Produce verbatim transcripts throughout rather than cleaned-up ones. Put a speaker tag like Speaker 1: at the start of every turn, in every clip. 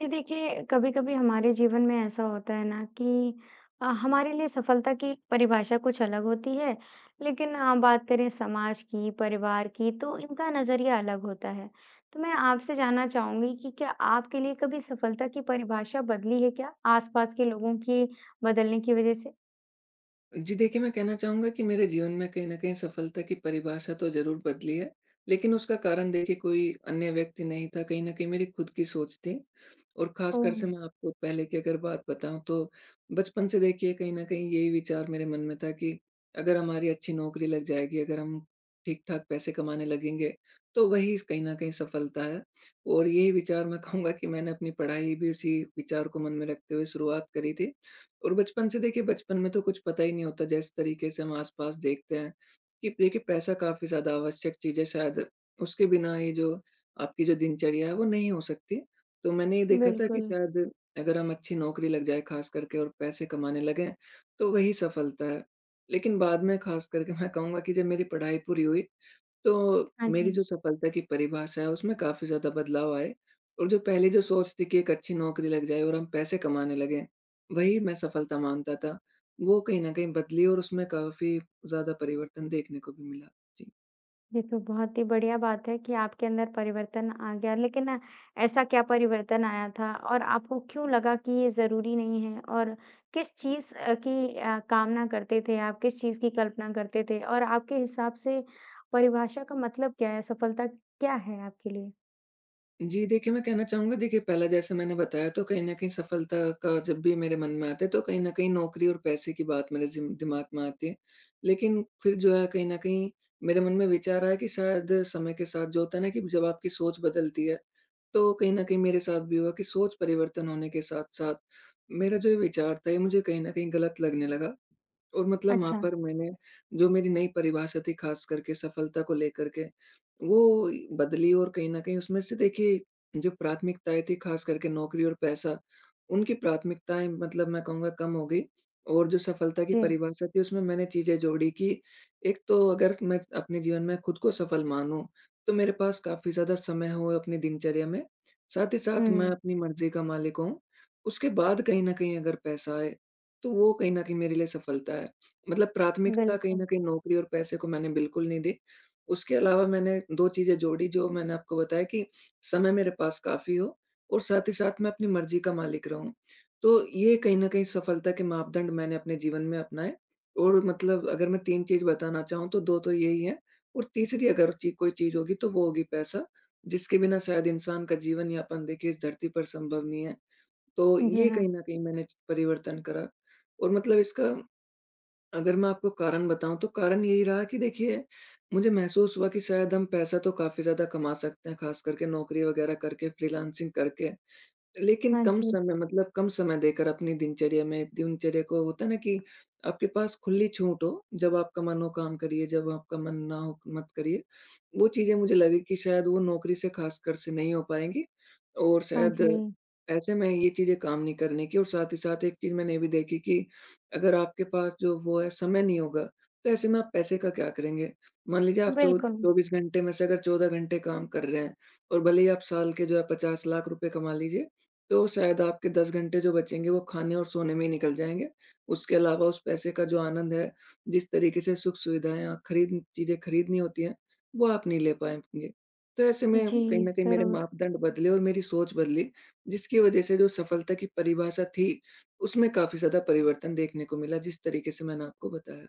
Speaker 1: जी देखिए, कभी-कभी हमारे जीवन में ऐसा होता है ना कि अ, हमारे लिए सफलता की परिभाषा कुछ अलग होती है, लेकिन अ, बात करें समाज की, परिवार की, तो इनका नज़रिया अलग होता है। तो मैं आपसे जानना चाहूँगी कि क्या आपके लिए कभी सफलता की परिभाषा बदली है क्या, आसपास के लोगों की बदलने की वज़ह से?
Speaker 2: जी देखिए, मैं कहना चाहूँगा कि मेरे जीवन में कहीं न कहीं सफलता की परिभाषा तो ज़रूर बदली है, लेकिन उसका कारण देखिए कोई अन्य व्यक्ति नहीं था, कहीं न कहीं मेरी खुद की सोच थी। और ख़ासकर
Speaker 1: ओह!
Speaker 2: से मैं आपको पहले की अगर बात बताऊँ, तो बचपन से देखिए कहीं न कहीं यही विचार मेरे मन में था कि अगर हमारी अच्छी नौकरी लग जाएगी, अगर हम ठीक-ठाक पैसे कमाने लगेंगे, तो वही कहीं न कहीं सफलता है। और यही विचार, मैं कहूँगा कि मैंने अपनी पढ़ाई भी उसी विचार को मन में रखते हुए शुरुआत करी थी। और बचपन से देखिए, बचपन में तो कुछ पता ही नहीं होता जिस तरीके से हम आस-पास देखते हैं, कि देखिए पैसा काफ़ी ज़्यादा आवश्यक चीज़ है, शायद उसके बिना ये जो आपकी जो दिनचर्या है वो नहीं हो सकती। तो मैंने ये देखा था कि
Speaker 1: बिल्कुल।
Speaker 2: शायद अगर हम अच्छी नौकरी लग जाए ख़ास करके और पैसे कमाने लगें, तो वही सफलता है। लेकिन बाद में ख़ास करके मैं कहूँगा कि जब मेरी पढ़ाई पूरी हुई, तो
Speaker 1: हाँ
Speaker 2: मेरी
Speaker 1: जी।
Speaker 2: जो सफलता की परिभाषा है, उसमें काफ़ी ज़्यादा बदलाव आए। और जो पहले जो सोच थी कि एक अच्छी नौकरी लग जाए और हम पैसे कमाने लगें, वही मैं सफलता मानता था। वो कहीं न कहीं बदली और उसमें काफ़ी ज़्यादा परिवर्तन देखने को भी मिला। जी।
Speaker 1: ये तो बहुत ही बढ़िया बात है कि आपके अंदर परिवर्तन आ गया। लेकिन ना, ऐसा क्या परिवर्तन आया था और आपको क्यों लगा कि ये ज़रूरी नहीं है? और किस चीज़ अ, की अ, कामना करते थे आप? किस चीज़ की कल्पना करते थे? और आपके हिसाब से परिभाषा का मतलब क्या है? सफलता क्या है आपके लिए?
Speaker 2: जी, देखिए मैं कहना चाहूँगा, देखिए पहला जैसे मैंने बताया, तो कहीं न कहीं सफलता का जब भी मेरे मन में आता है, तो कहीं न कहीं नौकरी और पैसे की बात मेरे जिम दिमाग में आती है। लेकिन फिर जो है कहीं न कहीं मेरे मन में विचार आया कि शायद समय के साथ जो होता है ना कि जब आपकी सोच बदलती है, तो कहीं न कहीं मेरे साथ भी हुआ कि सोच परिवर्तन होने के साथ-साथ मेरा जो ये विचार था ये मुझे कहीं न कहीं गलत लगने लगा। और मतलब वहाँ
Speaker 1: अच्छा।
Speaker 2: पर मैंने जो मेरी नई परिभाषा थी ख़ास करके सफलता को लेकर के, वो बदली। और कहीं न कहीं उसमें से देखिए जो प्राथमिकताएँ थी ख़ास करके नौकरी और पैसा, उनकी प्राथमिकताएँ मतलब मैं कहूँगा कम हो गई। और जो सफलता की
Speaker 1: जी।
Speaker 2: परिभाषा थी उसमें मैंने चीज़ें जोड़ी कि एक तो अगर मैं अपने जीवन में खुद को सफल मानूँ, तो मेरे पास काफ़ी ज़्यादा समय हो अपनी दिनचर्या में, साथ ही साथ मैं
Speaker 1: हुँ।
Speaker 2: अपनी मर्ज़ी का मालिक हूँ। उसके बाद कहीं न कहीं अगर पैसा आए, तो वो कहीं न कहीं मेरे लिए सफलता है। मतलब प्राथमिकता कहीं न
Speaker 1: बिल्कुल।
Speaker 2: कहीं नौकरी और पैसे को मैंने बिल्कुल नहीं दी। उसके अलावा मैंने दो चीज़ें जोड़ी जो मैंने आपको बताया कि समय मेरे पास काफ़ी हो और साथ ही साथ मैं अपनी मर्ज़ी का मालिक रहूँ। तो ये कहीं न कहीं सफलता के मापदंड मैंने अपने जीवन में अपनाए। और मतलब अगर मैं तीन चीज़ बताना चाहूँ, तो दो तो यही है और तीसरी अगर ची कोई चीज़ होगी तो वो होगी पैसा, जिसके बिना शायद इंसान का जीवन यापन देखिए इस धरती पर संभव नहीं है। तो
Speaker 1: जी
Speaker 2: ये
Speaker 1: हाँ।
Speaker 2: कहीं न कहीं मैंने परिवर्तन करा। और मतलब इसका अगर मैं आपको कारण बताऊँ, तो कारण यही रहा कि देखिए, मुझे महसूस हुआ कि शायद हम पैसा तो काफ़ी ज़्यादा कमा सकते हैं, ख़ास करके नौकरी वग़ैरह करके, फ्रीलांसिंग करके। लेकिन
Speaker 1: हाँ
Speaker 2: कम
Speaker 1: जी।
Speaker 2: समय मतलब कम समय देकर अपनी दिनचर्या में दिनचर्या को होता है ना कि आपके पास खुली छूट हो, जब आपका मन हो काम करिए, जब आपका मन ना हो मत करिए। वो चीज़ें मुझे लगी कि शायद वो नौकरी से ख़ासकर से नहीं हो पाएँगी और
Speaker 1: हाँ
Speaker 2: शायद
Speaker 1: जी।
Speaker 2: ऐसे में ये चीज़ें काम नहीं करने की। और साथ ही साथ एक चीज़ मैंने ये भी देखी कि अगर आपके पास जो वो है समय नहीं होगा, तो ऐसे में आप पैसे का क्या करेंगे? मान लीजिए आप चौ
Speaker 1: बिल्कुल।
Speaker 2: चौबीस घंटे में से अगर चौदह घंटे काम कर रहे हैं और भले ही आप साल के जो है पचास लाख रुपए कमा लीजिए, तो शायद आपके दस घंटे जो बचेंगे वो खाने और सोने में ही निकल जाएँगे। उसके अलावा उस पैसे का जो आनंद है, जिस तरीके से सुख-सुविधाएँ और खरीद चीज़ें खरीदनी होती हैं, वो आप नहीं ले पाएँगे। तो ऐसे में
Speaker 1: जी,
Speaker 2: कहीं न कहीं मेरे
Speaker 1: ज़रूर।
Speaker 2: मापदंड बदले और मेरी सोच बदली, जिसकी वज़ह से जो सफलता की परिभाषा थी, उसमें काफ़ी ज़्यादा परिवर्तन देखने को मिला जिस तरीके से मैंने आपको बताया।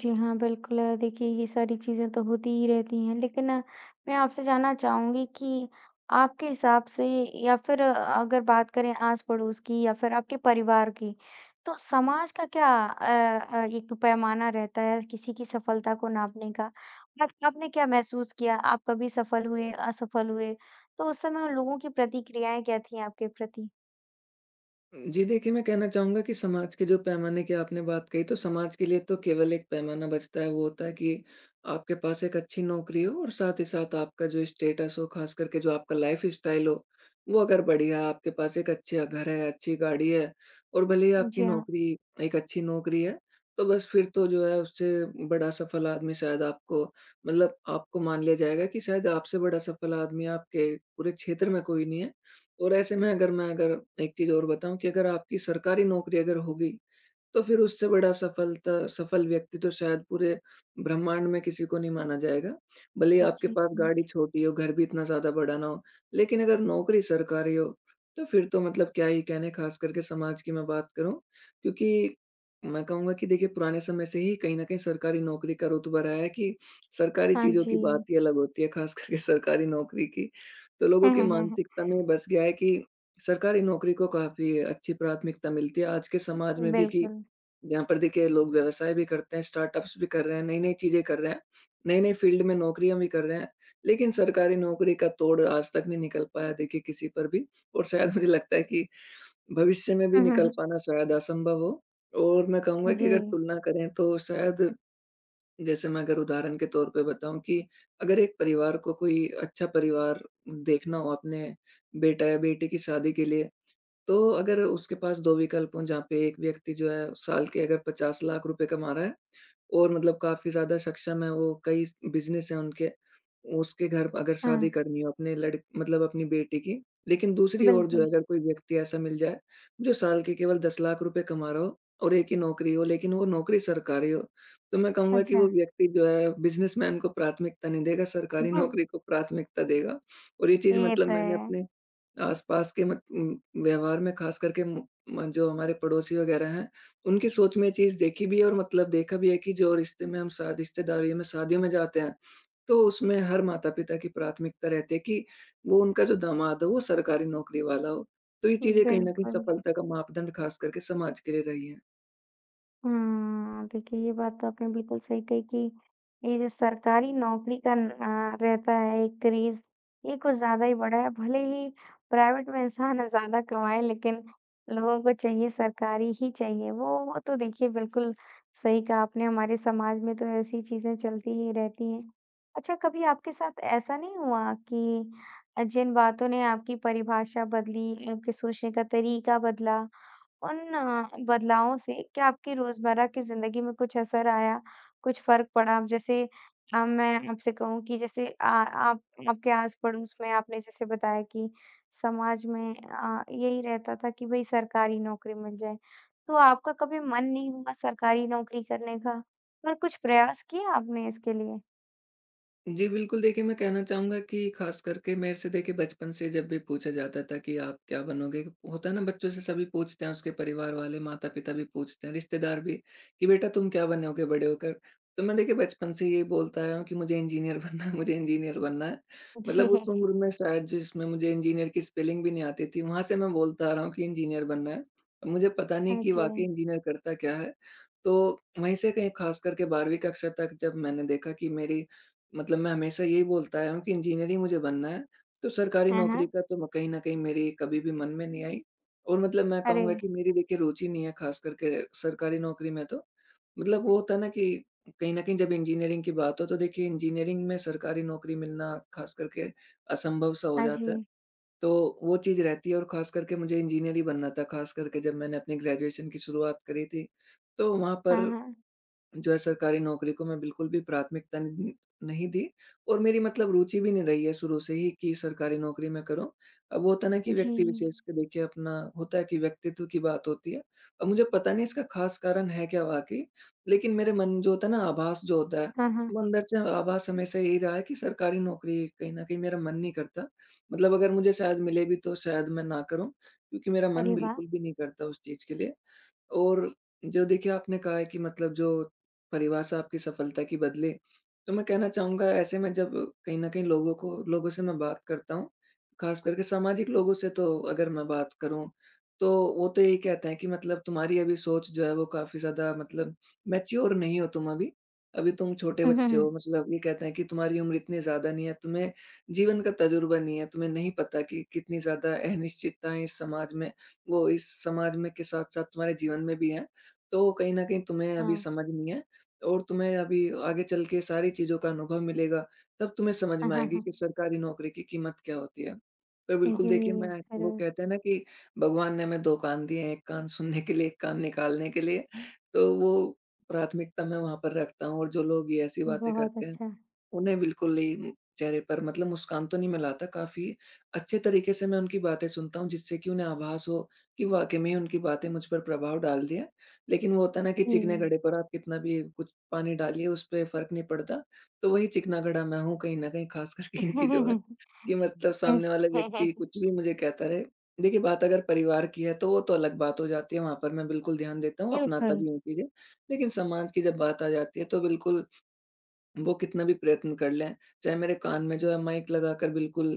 Speaker 1: जी हाँ, बिल्कुल अ, देखिए ये सारी चीज़ें तो होती ही रहती हैं, लेकिन अ, मैं आपसे जानना चाहूँगी कि आपके हिसाब से या फिर अ, अगर बात करें आस-पड़ोस की या फिर आपके परिवार की, तो समाज का क्या अ अ, एक पैमाना रहता है किसी की सफलता को नापने का? आप आपने क्या महसूस किया? आप कभी सफल हुए, असफल हुए? तो उस समय उन लोगों की प्रतिक्रियाएँ क्या थीं आपके प्रति?
Speaker 2: जी देखिए, मैं कहना चाहूँगा कि समाज के जो पैमाने की आपने बात कही, तो समाज के लिए तो केवल एक पैमाना बचता है, वो होता है कि आपके पास एक अच्छी नौकरी हो और साथ ही साथ आपका जो स्टेटस हो, ख़ास करके जो आपका लाइफ़स्टाइल हो, वो अगर बढ़िया है, आपके पास एक अच्छा घर है, अच्छी गाड़ी है और भले ही आपकी
Speaker 1: जी हाँ।
Speaker 2: नौकरी एक अच्छी नौकरी है, तो बस फिर तो जो है उससे बड़ा सफल आदमी शायद आपको, मतलब आपको मान लिया जाएगा कि शायद आपसे बड़ा सफल आदमी आपके पूरे क्षेत्र में कोई नहीं है। और ऐसे में अगर मैं अगर एक चीज़ और बताऊँ कि अगर आपकी सरकारी नौकरी अगर होगी, तो फिर उससे बड़ा सफलता सफल व्यक्ति तो शायद पूरे ब्रह्मांड में किसी को नहीं माना जाएगा। भले ही आपके
Speaker 1: जी,
Speaker 2: पास
Speaker 1: हुँ।
Speaker 2: गाड़ी छोटी हो, घर भी इतना ज़्यादा बड़ा ना हो, लेकिन अगर नौकरी सरकारी हो, तो फिर तो मतलब क्या ही कहने, ख़ास करके समाज की मैं बात करूँ, क्योंकि मैं कहूँगा कि देखिए पुराने समय से ही कहीं न कहीं सरकारी नौकरी का रुतबा रहा है कि सरकारी
Speaker 1: हाँ
Speaker 2: चीज़ों
Speaker 1: जी।
Speaker 2: की बात ही अलग होती है, ख़ास करके सरकारी नौकरी की। तो लोगों की मानसिकता में बस गया है कि सरकारी नौकरी को काफ़ी अच्छी प्राथमिकता मिलती है आज के समाज में भी, कि
Speaker 1: बिल्कुल।
Speaker 2: यहाँ पर देखिए लोग व्यवसाय भी करते हैं, स्टार्टअप्स भी कर रहे हैं, नई-नई चीज़ें कर रहे हैं, नई-नई फ़ील्ड में नौकरियाँ भी कर रहे हैं, लेकिन सरकारी नौकरी का तोड़ आज तक नहीं निकल पाया देखिए किसी पर भी। और शायद मुझे लगता है कि भविष्य में भी
Speaker 1: हुँ, हुँ,
Speaker 2: निकल
Speaker 1: हुँ।
Speaker 2: पाना शायद असंभव हो। और मैं कहूँगा कि
Speaker 1: जी।
Speaker 2: अगर तुलना करें तो शायद, जैसे मैं अगर उदाहरण के तौर पे बताऊँ कि अगर एक परिवार को कोई अच्छा परिवार देखना हो अपने बेटा या बेटी की शादी के लिए, तो अगर उसके पास दो विकल्प हों, जहाँ पे एक व्यक्ति जो है साल के अगर पचास लाख रुपए कमा रहा है और मतलब काफ़ी ज़्यादा सक्षम है वो, कई स बिज़नेस हैं उनके। उसके घर अगर शादी
Speaker 1: हाँ,
Speaker 2: करनी हो अपने लड़ मतलब अपनी बेटी की। लेकिन दूसरी ओर जो है
Speaker 1: बिल्कुल।
Speaker 2: अगर कोई व्यक्ति ऐसा मिल जाए जो साल के केवल दस लाख रुपए कमा रहा हो और एक ही नौकरी हो, लेकिन वो नौकरी सरकारी हो। तो मैं कहूँगा कि वो
Speaker 1: अच्छा।
Speaker 2: व्यक्ति जो है बिज़नेसमैन को प्राथमिकता नहीं देगा, सरकारी नौकरी को प्राथमिकता देगा। और ये चीज़
Speaker 1: ये
Speaker 2: मतलब
Speaker 1: तो
Speaker 2: मैंने
Speaker 1: है,
Speaker 2: अपने आस-पास के मत उम, व्यवहार में ख़ास करके म म जो हमारे पड़ोसी वग़ैरह हैं, उनकी सोच में ये चीज़ देखी भी है और मतलब देखा भी है कि जो रिश्ते में हम शादी रिश्तेदारी में शादियों में जाते हैं, तो उसमें हर माता-पिता की प्राथमिकता रहती है कि वो उनका जो दामाद हो वो सरकारी नौकरी वाला हो। तो ये चीज़ें कहीं न कहीं
Speaker 1: बिल्कुल।
Speaker 2: सफलता का मापदंड ख़ास करके समाज के लिए रही है।
Speaker 1: हाँ, देखिए ये बात तो आपने बिल्कुल सही कही कि ये जो सरकारी नौकरी का न- आ, रहता है एक क्रेज, ये कुछ ज्यादा ही बड़ा है, भले ही प्राइवेट में इंसान ज्यादा कमाए, लेकिन लोगों को चाहिए, सरकारी ही चाहिए। वो वो तो देखिए बिल्कुल सही कहा आपने, हमारे समाज में तो ऐसी चीजें चलती ही रहती हैं। अच्छा, कभी आपके साथ ऐसा नहीं हुआ कि जिन बातों ने आपकी परिभाषा बदली, आपके सोचने का तरीका बदला, उन अ, बदलावों से क्या आपकी रोज़मर्रा की ज़िंदगी में कुछ असर आया? कुछ फ़र्क पड़ा? जैसे अ, मैं आपसे कहूँ कि जैसे अ, आप आपके आस-पड़ोस में आपने जैसे बताया कि समाज में अ, यही रहता था कि भई सरकारी नौकरी मिल जाए। तो आपका कभी मन नहीं हुआ सरकारी नौकरी करने का? पर कुछ प्रयास किए आपने इसके लिए?
Speaker 2: जी, बिल्कुल देखिए, मैं कहना चाहूँगा कि ख़ास करके मेरे से देखिए बचपन से जब भी पूछा जाता था कि आप क्या बनोगे? होता है ना, बच्चों से सभी पूछते हैं, उसके परिवार वाले, माता-पिता भी पूछते हैं, रिश्तेदार भी कि बेटा तुम क्या बनोगे बड़े होकर? तो मैं देखिए बचपन से ये बोलता आया हूँ कि मुझे इंजीनियर बनना है, मुझे इंजीनियर बनना है। मतलब
Speaker 1: जी।
Speaker 2: उस उम्र में शायद जिसमें मुझे इंजीनियर की स्पेलिंग भी नहीं आती थी, वहाँ से मैं बोलता आ रहा हूँ कि इंजीनियर बनना है। मुझे पता नहीं
Speaker 1: हाँ
Speaker 2: कि
Speaker 1: जी।
Speaker 2: वाक़ई इंजीनियर करता क्या है? तो वहीं से कहीं ख़ास करके बारहवीं कक्षा तक जब मैंने देखा कि मेरी, मतलब मैं हमेशा यही बोलता आया हूँ कि इंजीनियर ही मुझे बनना है, तो सरकारी
Speaker 1: हाँ,
Speaker 2: नौकरी
Speaker 1: हाँ।
Speaker 2: का तो म कहीं न कहीं मेरी कभी भी मन में नहीं आई। और मतलब मैं
Speaker 1: अरे!
Speaker 2: कहूँगा कि मेरी देखिए रुचि नहीं है ख़ास करके सरकारी नौकरी में तो। मतलब वो होता है ना कि कहीं न कहीं जब इंजीनियरिंग की बात हो, तो देखिए इंजीनियरिंग में सरकारी नौकरी मिलना ख़ास करके असंभव सा हो
Speaker 1: हाँ
Speaker 2: जाता है,
Speaker 1: जी।
Speaker 2: तो वो चीज़ रहती है। और ख़ास करके मुझे इंजीनियर ही बनना था, ख़ास करके जब मैंने अपनी ग्रेजुएशन की शुरुआत करी थी, तो वहाँ पर
Speaker 1: हाँ, हाँ।
Speaker 2: जो है सरकारी नौकरी को मैं बिल्कुल भी प्राथमिकता नहीं नहीं दी। और मेरी मतलब रुचि भी नहीं रही है शुरू से ही कि सरकारी नौकरी मैं करूँ। अब वो होता है ना कि
Speaker 1: जी।
Speaker 2: व्यक्ति विशेष के देखिए अपना होता है कि व्यक्तित्व की बात होती है। अब मुझे पता नहीं इसका ख़ास कारण है क्या वाक़ई? लेकिन मेरे मन जो होता है ना, आभास जो होता है,
Speaker 1: हाँ, हाँ।
Speaker 2: वो अंदर से आभास हमेशा यही रहा है कि सरकारी नौकरी कहीं न कहीं मेरा मन नहीं करता। मतलब अगर मुझे शायद मिले भी तो शायद मैं ना करूँ, क्योंकि मेरा मन
Speaker 1: अरे वाह!
Speaker 2: बिल्कुल भी नहीं करता उस चीज़ के लिए। और जो देखिए आपने कहा है कि मतलब जो परिभाषा आपकी सफलता की बदली, तो मैं कहना चाहूँगा ऐसे में, जब कहीं न कहीं लोगों को, लोगों से मैं बात करता हूँ, ख़ास करके सामाजिक लोगों से तो अगर मैं बात करूँ, तो वो तो यही कहते हैं कि मतलब तुम्हारी अभी सोच जो है वो काफ़ी ज़्यादा, मतलब मैच्योर नहीं हो तुम अभी। अभी तुम छोटे
Speaker 1: हुँ, हुँ,
Speaker 2: बच्चे हो,
Speaker 1: हुँ।
Speaker 2: मतलब ये कहते हैं कि तुम्हारी उम्र इतनी ज़्यादा नहीं है, तुम्हें जीवन का तजुर्बा नहीं है, तुम्हें नहीं पता कि कितनी ज़्यादा अनिश्चितताएँ इस समाज में, वो इस समाज में के साथ-साथ तुम्हारे जीवन में भी हैं, तो कहीं न कहीं तुम्हें अभी
Speaker 1: हाँ।
Speaker 2: समझ नहीं है और तुम्हें अभी आगे चल के सारी चीज़ों का अनुभव मिलेगा, तब तुम्हें समझ में आएगी कि सरकारी नौकरी की कीमत क्या होती है। तो बिल्कुल
Speaker 1: जी,
Speaker 2: देखिए, मैं, वो
Speaker 1: ज़रूर।
Speaker 2: कहते हैं ना कि भगवान ने हमें दो कान दिए हैं, एक कान सुनने के लिए, एक कान निकालने के लिए, तो वो प्राथमिकता मैं वहाँ पर रखता हूँ और जो लोग ये ऐसी बातें
Speaker 1: बहुत
Speaker 2: करते हैं
Speaker 1: अच्छा।
Speaker 2: उन्हें बिल्कुल नहीं, चेहरे पर मतलब मुस्कान तो नहीं मिला था, काफ़ी अच्छे तरीके से मैं उनकी बातें सुनता हूँ, जिससे कि उन्हें आभास हो कि वाक़ई में उनकी बातें मुझ पर प्रभाव डाल दिया। लेकिन वो होता है ना कि चिकने
Speaker 1: जी।
Speaker 2: घड़े पर आप कितना भी कुछ पानी डालिए, उस पे फ़र्क नहीं पड़ता। तो वही चिकना घड़ा मैं हूँ कहीं न कहीं, ख़ास करके इन चीज़ों में, कि मतलब सामने
Speaker 1: इस
Speaker 2: वाला व्यक्ति कुछ भी मुझे कहता रहे। देखिए, बात अगर परिवार की है, तो वो तो अलग बात हो जाती है, वहाँ पर मैं बिल्कुल ध्यान देता हूँ, अपनाता
Speaker 1: बिल्कुल।
Speaker 2: भी हूँ चीज़ें। लेकिन समाज की जब बात आ जाती है, तो बिल्कुल वो कितना भी प्रयत्न कर लें, चाहे मेरे कान में जो है माइक लगाकर बिल्कुल,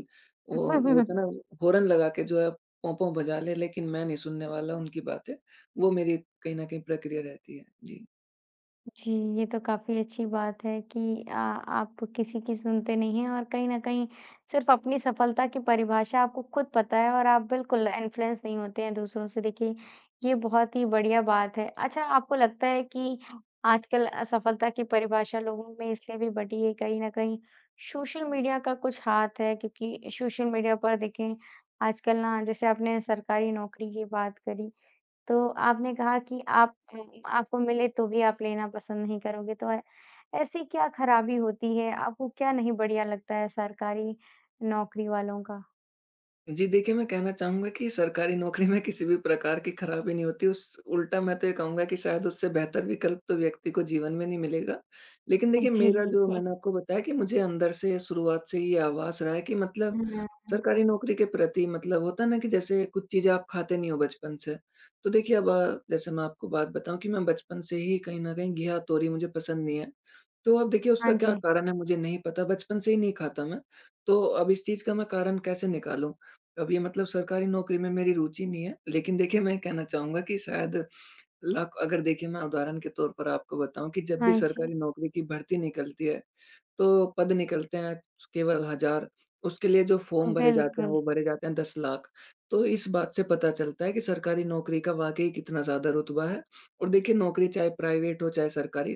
Speaker 2: वो वो होता है ना, हॉर्न लगा के जो है पों-पों बजा लें, लेकिन मैं नहीं सुनने वाला उनकी बातें। वो मेरी कहीं न कहीं प्रक्रिया रहती है। जी।
Speaker 1: जी, ये तो काफ़ी अच्छी बात है कि अ, आप किसी की सुनते नहीं हैं और कहीं न कहीं सिर्फ़ अपनी सफलता की परिभाषा आपको खुद पता है और आप बिल्कुल इन्फ्लुएंस नहीं होते हैं दूसरों से। देखिए, ये बहुत ही बढ़िया बात है। अच्छा, आपको लगता है कि आजकल असफलता की परिभाषा लोगों में इसलिए भी बटी है, कहीं न कहीं सोशल मीडिया का कुछ हाथ है? क्योंकि सोशल मीडिया पर देखें, आजकल ना जैसे आपने सरकारी नौकरी की बात करी, तो आपने कहा कि आप उम, आपको मिले तो भी आप लेना पसंद नहीं करोगे, तो ऐ ऐसी क्या खराबी होती है? आपको क्या नहीं बढ़िया लगता है सरकारी नौकरी वालों का?
Speaker 2: जी, देखिए, मैं कहना चाहूँगा कि सरकारी नौकरी में किसी भी प्रकार की खराबी नहीं होती, उस उल्टा मैं तो ये कहूँगा कि शायद उससे बेहतर विकल्प तो व्यक्ति को जीवन में नहीं मिलेगा। लेकिन देखिए
Speaker 1: जी।
Speaker 2: मेरा, जो मैंने आपको बताया कि मुझे अंदर से, शुरुआत से ये आभास रहा है कि मतलब
Speaker 1: हाँ,
Speaker 2: सरकारी नौकरी के प्रति, मतलब होता है ना कि जैसे कुछ चीज़ें आप खाते नहीं हो बचपन से। तो देखिए अब अ, जैसे मैं आपको बात बताऊँ कि मैं बचपन से ही कहीं न कहीं घिया-तोरी मुझे पसंद नहीं है। तो अब देखिए, उसका
Speaker 1: हाँ
Speaker 2: क्या
Speaker 1: जी,
Speaker 2: कारण है मुझे नहीं पता, बचपन से ही नहीं खाता मैं। तो अब इस चीज़ का मैं कारण कैसे निकालूँ? अभी मतलब सरकारी नौकरी में मेरी रुचि नहीं है, लेकिन देखिए मैं कहना चाहूँगा कि शायद लक अगर देखिए, मैं उदाहरण के तौर पर आपको बताऊँ कि जब भी
Speaker 1: हाँ जी।
Speaker 2: सरकारी नौकरी की भर्ती निकलती है, तो पद निकलते हैं केवल हज़ार, उसके लिए जो फ़ॉर्म भरे जाते हैं
Speaker 1: बिल्कुल,
Speaker 2: वो भरे जाते हैं दस लाख। तो इस बात से पता चलता है कि सरकारी नौकरी का वाक़ई कितना ज़्यादा रुतबा है और देखिए, नौकरी चाहे प्राइवेट हो चाहे सरकारी,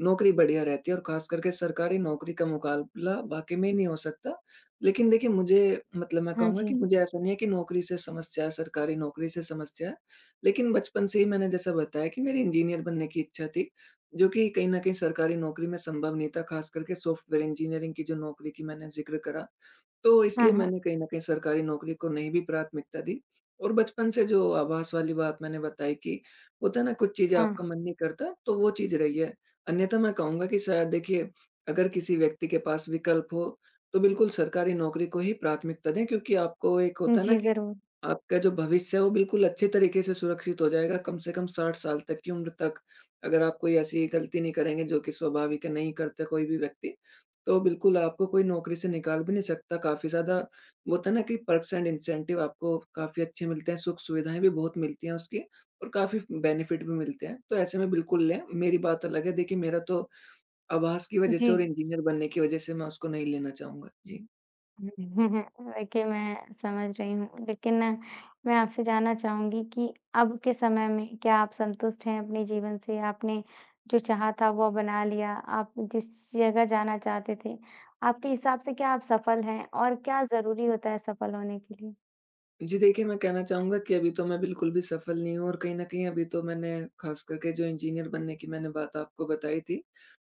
Speaker 2: नौकरी बढ़िया रहती है और ख़ास करके सरकारी नौकरी का मुकाबला वाक़ई में नहीं हो सकता। लेकिन देखिए मुझे, मतलब मैं
Speaker 1: हाँ
Speaker 2: कहूँगा कि
Speaker 1: जी।
Speaker 2: मुझे ऐसा नहीं है कि नौकरी से समस्या है, सरकारी नौकरी से समस्या है। लेकिन बचपन से ही मैंने जैसा बताया कि मेरी इंजीनियर बनने की इच्छा थी, जो कि कहीं न कहीं सरकारी नौकरी में संभव नहीं था, ख़ास करके सॉफ्टवेयर इंजीनियरिंग की जो नौकरी की मैंने ज़िक्र करा, तो
Speaker 1: हाँ,
Speaker 2: इसलिए
Speaker 1: हाँ,
Speaker 2: मैंने कहीं न कहीं सरकारी नौकरी को नहीं भी प्राथमिकता दी और बचपन से जो आवास वाली बात मैंने बताई कि होता है ना, कुछ चीज़ें
Speaker 1: हाँ।
Speaker 2: आपका मन नहीं करता, तो वो चीज़ रही है। अन्यथा मैं कहूँगा कि शायद देखिए, अगर किसी व्यक्ति के पास विकल्प हो, तो बिल्कुल सरकारी नौकरी को ही प्राथमिकता दें, क्योंकि आपको एक, होता है ना
Speaker 1: जी,
Speaker 2: कि
Speaker 1: ज़रूर।
Speaker 2: आपका जो भविष्य है वो बिल्कुल अच्छे तरीके से सुरक्षित हो जाएगा कम से कम साठ साल तक की उम्र तक। अगर आप कोई ऐसी गलती नहीं करेंगे, जो कि स्वाभाविक है, नहीं करता कोई भी व्यक्ति। तो बिल्कुल आपको कोई नौकरी से निकाल भी नहीं सकता, काफ़ी ज़्यादा, वो होता है ना कि पर्क्स एंड इंसेंटिव आपको काफ़ी अच्छे मिलते हैं, सुख-सुविधाएँ भी बहुत मिलती हैं उसकी, और काफ़ी बेनिफिट भी मिलते हैं, तो ऐसे में बिल्कुल लें। मेरी बात अलग है, देखिए मेरा तो आवाज़ की वजह
Speaker 1: जी।
Speaker 2: से और इंजीनियर बनने की वजह से मैं उसको नहीं लेना चाहूँगा। जी।
Speaker 1: हम्म, देखिए, मैं समझ रही हूँ, लेकिन अ, मैं आपसे जानना चाहूँगी कि अब के समय में क्या आप संतुष्ट हैं अपने जीवन से? आपने जो चाहा था वो बना लिया, आप जिस जगह जाना चाहते थे, आपके हिसाब से क्या आप सफल हैं और क्या ज़रूरी होता है सफल होने के लिए?
Speaker 2: जी, देखिए, मैं कहना चाहूँगा कि अभी तो मैं बिल्कुल भी सफल नहीं हूँ और कहीं न कहीं अभी तो मैंने, ख़ास करके जो इंजीनियर बनने की मैंने बात आपको बताई थी,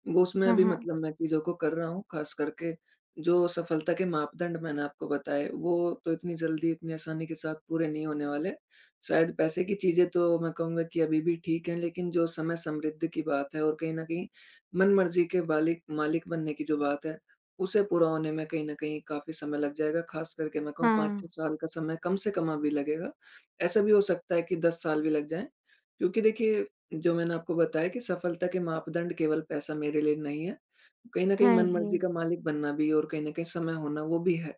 Speaker 2: वो, उसमें
Speaker 1: हाँ,
Speaker 2: अभी
Speaker 1: हाँ।
Speaker 2: मतलब मैं चीज़ों को कर रहा हूँ। ख़ास करके जो सफलता के मापदंड मैंने आपको बताए, वो तो इतनी जल्दी, इतनी आसानी के साथ पूरे नहीं होने वाले। शायद पैसे की चीज़ें तो मैं कहूँगा कि अभी भी ठीक हैं, लेकिन जो समय समृद्ध की बात है और कहीं न कहीं मनमर्ज़ी के बालिक मालिक बनने की जो बात है, उसे पूरा होने में कहीं न कहीं काफ़ी समय लग जाएगा, ख़ास करके मैं कहूँ, पाँच छह
Speaker 1: हाँ।
Speaker 2: साल का समय कम से कम अभी लगेगा। ऐसा भी हो सकता है कि दस साल भी लग जाएँ, क्योंकि देखिए, जो मैंने आपको बताया कि सफलता के मापदंड केवल पैसा मेरे लिए नहीं है। कहीं न कहीं
Speaker 1: हाँ जी।
Speaker 2: मनमर्ज़ी का मालिक बनना भी, और कहीं न कहीं समय होना, वो भी है।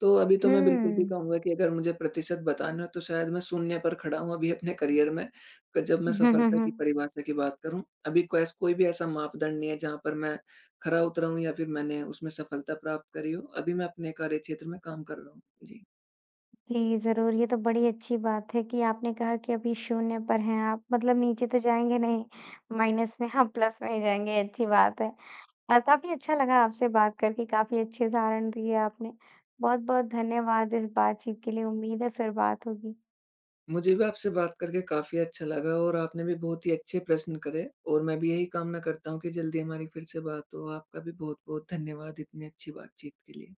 Speaker 2: तो अभी तो मैं बिल्कुल भी
Speaker 1: हुँ।
Speaker 2: कहूँगा कि अगर मुझे प्रतिशत बताना हो तो शायद मैं शून्य पर खड़ा हूँ अभी अपने करियर में, क- जब मैं सफलता की परिभाषा की बात करूँ। अभी कैस कोई भी ऐसा मापदंड नहीं है जहाँ पर मैं खरा उतरा हूँ या फिर मैंने उसमें सफलता प्राप्त करी हो, अभी मैं अपने कार्यक्षेत्र में काम कर रहा हूँ। जी।
Speaker 1: जी, ज़रूर, ये तो बड़ी अच्छी बात है कि आपने कहा कि अभी शून्य पर हैं आप, मतलब नीचे तो जाएँगे नहीं, माइनस में, आप प्लस में ही जाएँगे, अच्छी बात है। अ, काफ़ी अच्छा लगा आपसे बात करके, काफ़ी अच्छे उदाहरण दिए आपने। बहुत-बहुत धन्यवाद इस बातचीत के लिए, उम्मीद है फिर बात होगी।
Speaker 2: मुझे भी आपसे बात करके काफ़ी अच्छा लगा और आपने भी बहुत ही अच्छे प्रश्न करे और मैं भी यही कामना करता हूँ कि जल्दी हमारी फिर से बात हो। आपका भी बहुत-बहुत धन्यवाद इतनी अच्छी बातचीत के लिए।